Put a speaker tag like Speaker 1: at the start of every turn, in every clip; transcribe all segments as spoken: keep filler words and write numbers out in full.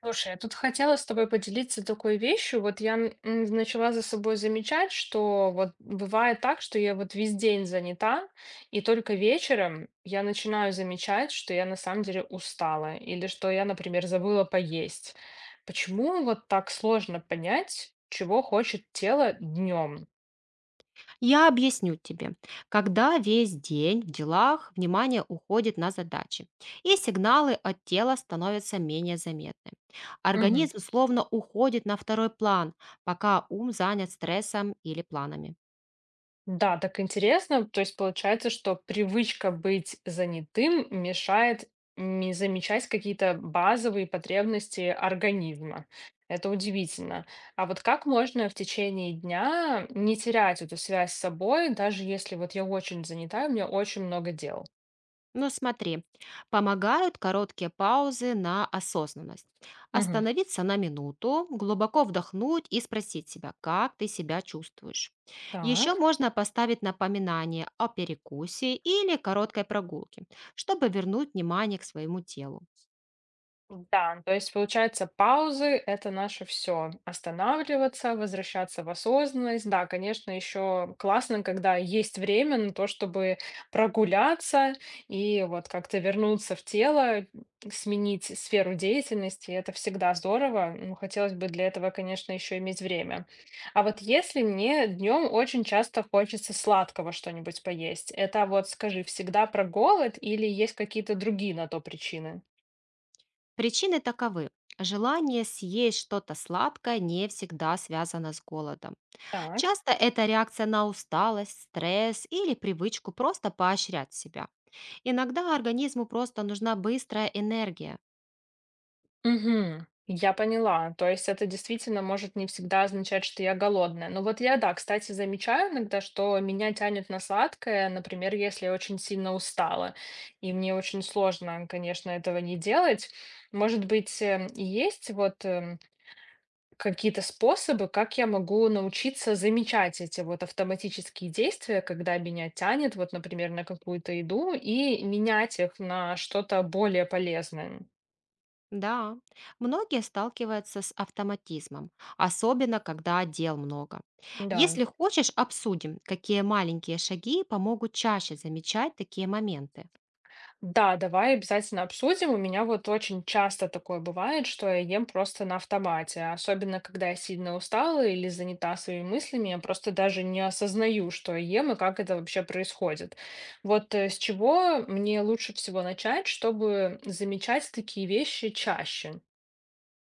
Speaker 1: Слушай, я тут хотела с тобой поделиться такой вещью. Вот я н- м, начала за собой замечать, что вот бывает так, что я вот весь день занята, и только вечером я начинаю замечать, что я на самом деле устала, или что я, например, забыла поесть. Почему вот так сложно понять, чего хочет тело днем?
Speaker 2: Я объясню тебе. Когда весь день в делах внимание уходит на задачи, и сигналы от тела становятся менее заметны. Организм словно уходит на второй план, пока ум занят стрессом или планами.
Speaker 1: Да, так интересно. То есть получается, что привычка быть занятым мешает не замечать какие-то базовые потребности организма. Это удивительно. А вот как можно в течение дня не терять эту связь с собой, даже если вот я очень занята, и у меня очень много дел?
Speaker 2: Но смотри, помогают короткие паузы на осознанность.
Speaker 1: Мгм.
Speaker 2: Остановиться на минуту, глубоко вдохнуть и спросить себя, как ты себя чувствуешь. Еще
Speaker 1: Так.
Speaker 2: можно поставить напоминание о перекусе или короткой прогулке, чтобы вернуть внимание к своему телу.
Speaker 1: Да, ну, то есть получается, паузы это наше все. Останавливаться, возвращаться в осознанность. Да, конечно, еще классно, когда есть время на то, чтобы прогуляться и вот как-то вернуться в тело, сменить сферу деятельности. Это всегда здорово. Ну, хотелось бы для этого, конечно, еще иметь время. А вот если мне днем очень часто хочется сладкого что-нибудь поесть, это вот скажи, всегда про голод или есть какие-то другие на то причины?
Speaker 2: Причины таковы. Желание съесть что-то сладкое не всегда связано с голодом.
Speaker 1: Так.
Speaker 2: Часто это реакция на усталость, стресс или привычку просто поощрять себя. Иногда организму просто нужна быстрая энергия.
Speaker 1: Мгм. Я поняла. То есть это действительно может не всегда означать, что я голодная. Но вот я, да, кстати, замечаю иногда, что меня тянет на сладкое, например, если я очень сильно устала. И мне очень сложно, конечно, этого не делать. Может быть, э, и есть вот эм, какие-то способы, как я могу научиться замечать эти вот автоматические действия, когда меня тянет, вот, например, на какую-то еду, и менять их на что-то более полезное.
Speaker 2: Да, многие сталкиваются с автоматизмом, особенно когда дел много.
Speaker 1: Да.
Speaker 2: Если хочешь, обсудим, какие маленькие шаги помогут чаще замечать такие моменты.
Speaker 1: Да, давай обязательно обсудим. У меня вот очень часто такое бывает, что я ем просто на автомате, особенно когда я сильно устала или занята своими мыслями, я просто даже не осознаю, что я ем и как это вообще происходит. Вот э, с чего мне лучше всего начать, чтобы замечать такие вещи чаще?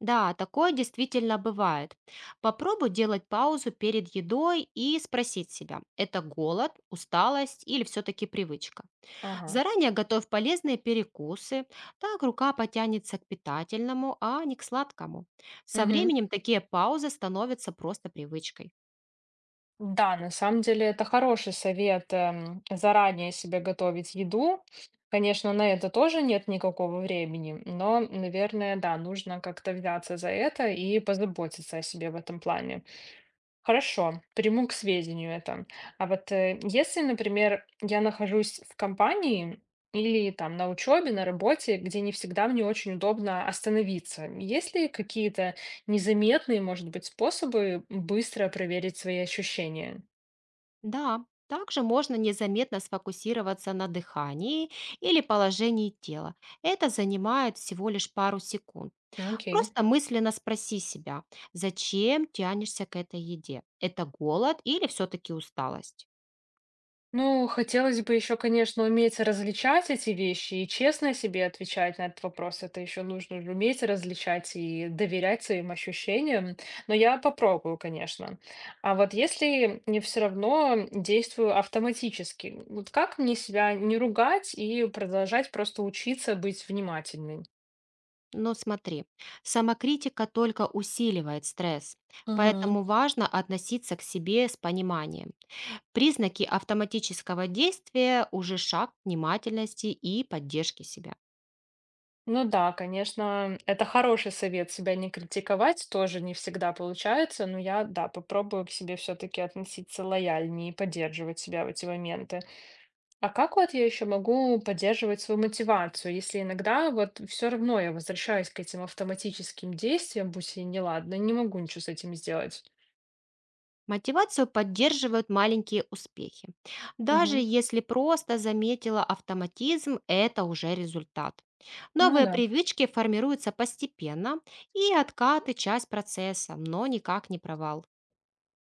Speaker 2: Да, такое действительно бывает. Попробуй делать паузу перед едой и спросить себя, это голод, усталость или все-таки привычка.
Speaker 1: Ага.
Speaker 2: Заранее готовь полезные перекусы, так рука потянется к питательному, а не к сладкому. Со
Speaker 1: Мгм.
Speaker 2: временем такие паузы становятся просто привычкой.
Speaker 1: Да, на самом деле это хороший совет, эм, заранее себе готовить еду. Конечно, на это тоже нет никакого времени, но, наверное, да, нужно как-то взяться за это и позаботиться о себе в этом плане. Хорошо, приму к сведению это. А вот э, если, например, я нахожусь в компании или там на учебе, на работе, где не всегда мне очень удобно остановиться, есть ли какие-то незаметные, может быть, способы быстро проверить свои ощущения?
Speaker 2: Да, также можно незаметно сфокусироваться на дыхании или положении тела. Это занимает всего лишь пару секунд.
Speaker 1: Ну, окей.
Speaker 2: Просто мысленно спроси себя, зачем тянешься к этой еде? Это голод или все-таки усталость?
Speaker 1: Ну, хотелось бы еще, конечно, уметь различать эти вещи и честно себе отвечать на этот вопрос. Это еще нужно же уметь различать и доверять своим ощущениям. Но я попробую, конечно. А вот если не все равно действую автоматически, вот как мне себя не ругать и продолжать просто учиться быть внимательной?
Speaker 2: Но смотри, самокритика только усиливает стресс, поэтому важно относиться к себе с пониманием. Признаки автоматического действия уже шаг к внимательности и поддержки себя.
Speaker 1: Ну да, конечно, это хороший совет себя не критиковать, тоже не всегда получается, но я, да, попробую к себе все-таки относиться лояльнее и поддерживать себя в эти моменты. А как вот я еще могу поддерживать свою мотивацию, если иногда вот все равно я возвращаюсь к этим автоматическим действиям, будь я неладна, не могу ничего с этим сделать?
Speaker 2: Мотивацию поддерживают маленькие успехи. Даже
Speaker 1: Мгм.
Speaker 2: если просто заметила автоматизм, это уже результат.
Speaker 1: Ну
Speaker 2: Новые
Speaker 1: да.
Speaker 2: привычки формируются постепенно, и откаты– часть процесса, но никак не провал.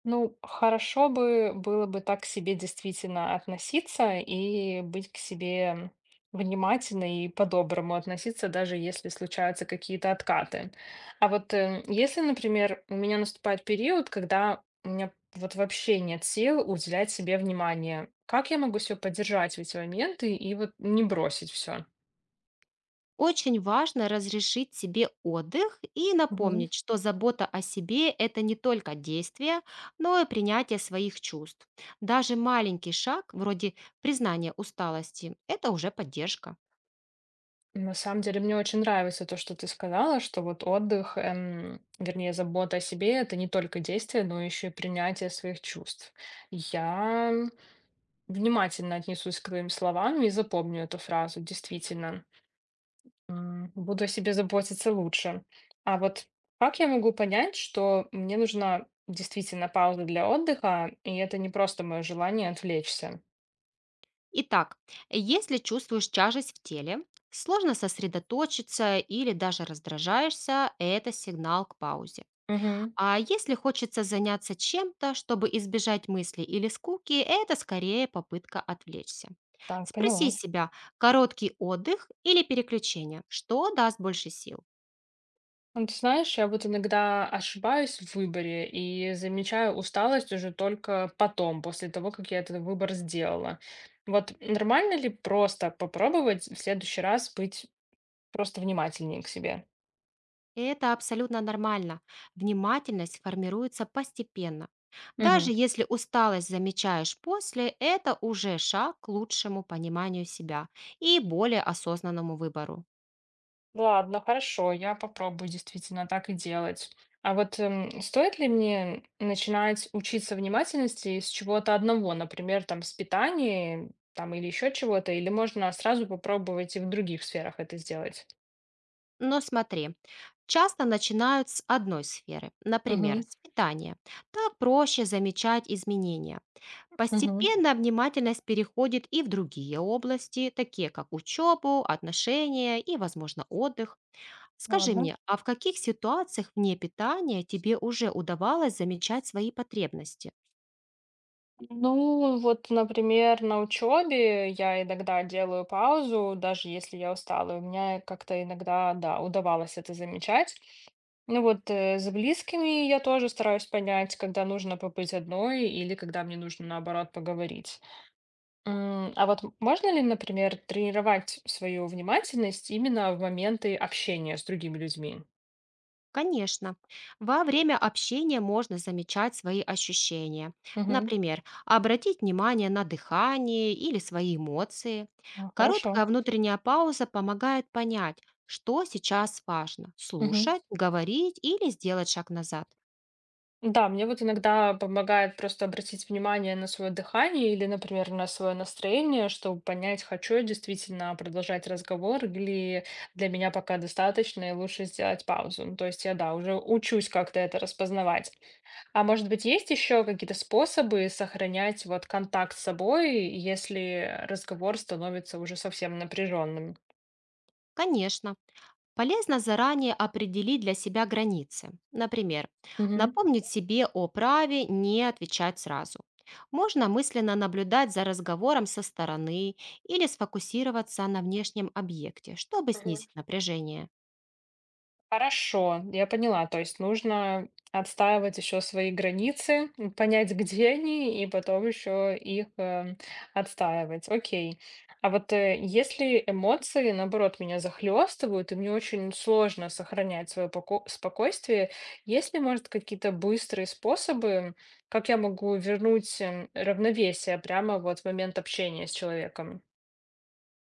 Speaker 1: Ну, хорошо бы было бы так к себе действительно относиться и быть к себе внимательной и по-доброму относиться, даже если случаются какие-то откаты. А вот э, если, например, у меня наступает период, когда у меня вот вообще нет сил уделять себе внимание, как я могу себя поддержать в эти моменты и вот не бросить все?
Speaker 2: Очень важно разрешить себе отдых и напомнить, что забота о себе– это не только действие, но и принятие своих чувств. Даже маленький шаг, вроде признания усталости– это уже поддержка.
Speaker 1: На самом деле мне очень нравится то, что ты сказала, что вот отдых, эм, вернее, забота о себе это не только действие, но еще и принятие своих чувств. Я внимательно отнесусь к твоим словам и запомню эту фразу, действительно. М, Буду о себе заботиться лучше. А вот как я могу понять, что мне нужна действительно пауза для отдыха, и это не просто мое желание отвлечься?
Speaker 2: Итак, если чувствуешь тяжесть в теле, сложно сосредоточиться или даже раздражаешься– это сигнал к паузе.
Speaker 1: Мгм.
Speaker 2: А если хочется заняться чем-то, чтобы избежать мыслей или скуки, это скорее попытка отвлечься.
Speaker 1: Так,
Speaker 2: Спроси
Speaker 1: поняла.
Speaker 2: себя, короткий отдых или переключение, что даст больше сил.
Speaker 1: Ну, ты знаешь, я вот иногда ошибаюсь в выборе и замечаю усталость уже только потом, после того, как я этот выбор сделала. Вот нормально ли просто попробовать в следующий раз быть просто внимательнее к себе?
Speaker 2: Это абсолютно нормально. Внимательность формируется постепенно.
Speaker 1: Мгм.
Speaker 2: Даже если усталость замечаешь после, это уже шаг к лучшему пониманию себя и более осознанному выбору.
Speaker 1: Ладно, хорошо, я попробую действительно так и делать. А вот эм, стоит ли мне начинать учиться внимательности с чего-то одного, например, там с питания, там или еще чего-то, или можно сразу попробовать и в других сферах это сделать?
Speaker 2: Но смотри, часто начинают с одной сферы, например, с питания. Так проще замечать изменения.
Speaker 1: Мгм.
Speaker 2: Постепенно внимательность переходит и в другие области, такие как учебу, отношения и, возможно, отдых. Скажи
Speaker 1: Ладно.
Speaker 2: мне, а в каких ситуациях вне питания тебе уже удавалось замечать свои потребности?
Speaker 1: Ну, вот, например, на учебе я иногда делаю паузу, даже если я устала. У меня как-то иногда, да, удавалось это замечать. Ну вот, э, с близкими я тоже стараюсь понять, когда нужно побыть одной или когда мне нужно, наоборот, поговорить. М, А вот можно ли, например, тренировать свою внимательность именно в моменты общения с другими людьми?
Speaker 2: Конечно. Во время общения можно замечать свои ощущения.
Speaker 1: Мгм.
Speaker 2: Например, обратить внимание на дыхание или свои эмоции.
Speaker 1: А, хорошо.
Speaker 2: Короткая внутренняя пауза помогает понять, что сейчас важно–
Speaker 1: Мгм.
Speaker 2: слушать, говорить или сделать шаг назад.
Speaker 1: Да, мне вот иногда помогает просто обратить внимание на свое дыхание или, например, на свое настроение, чтобы понять, хочу я действительно продолжать разговор или для меня пока достаточно и лучше сделать паузу. Ну, то есть я, да, уже учусь как-то это распознавать. А может быть, есть еще какие-то способы сохранять вот контакт с собой, если разговор становится уже совсем напряженным?
Speaker 2: Конечно. Полезно заранее определить для себя границы. Например,
Speaker 1: Мгм.
Speaker 2: напомнить себе о праве не отвечать сразу. Можно мысленно наблюдать за разговором со стороны или сфокусироваться на внешнем объекте, чтобы снизить напряжение.
Speaker 1: Хорошо, я поняла. То есть нужно отстаивать еще свои границы, м, понять, где они, и потом еще их э, отстаивать. Окей. А вот э, если эмоции, наоборот, меня захлестывают, и мне очень сложно сохранять свое спокойствие, есть ли, может, какие-то быстрые способы, как я могу вернуть э, равновесие прямо вот в момент общения с человеком?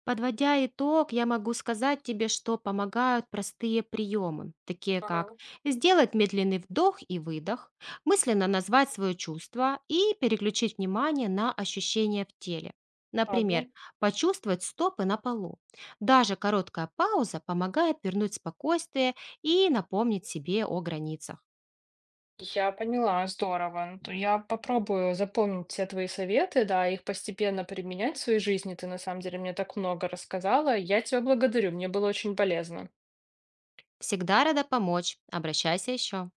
Speaker 2: Подводя итог, я могу сказать тебе, что помогают простые приемы, такие как
Speaker 1: Ага.
Speaker 2: сделать медленный вдох и выдох, мысленно назвать свое чувство и переключить внимание на ощущения в теле. Например,
Speaker 1: Ладно.
Speaker 2: почувствовать стопы на полу. Даже короткая пауза помогает вернуть спокойствие и напомнить себе о границах.
Speaker 1: Я поняла, здорово. Ну, то я попробую запомнить все твои советы, да, их постепенно применять в своей жизни. Ты на самом деле мне так много рассказала. Я тебя благодарю, мне было очень полезно.
Speaker 2: Всегда рада помочь. Обращайся еще.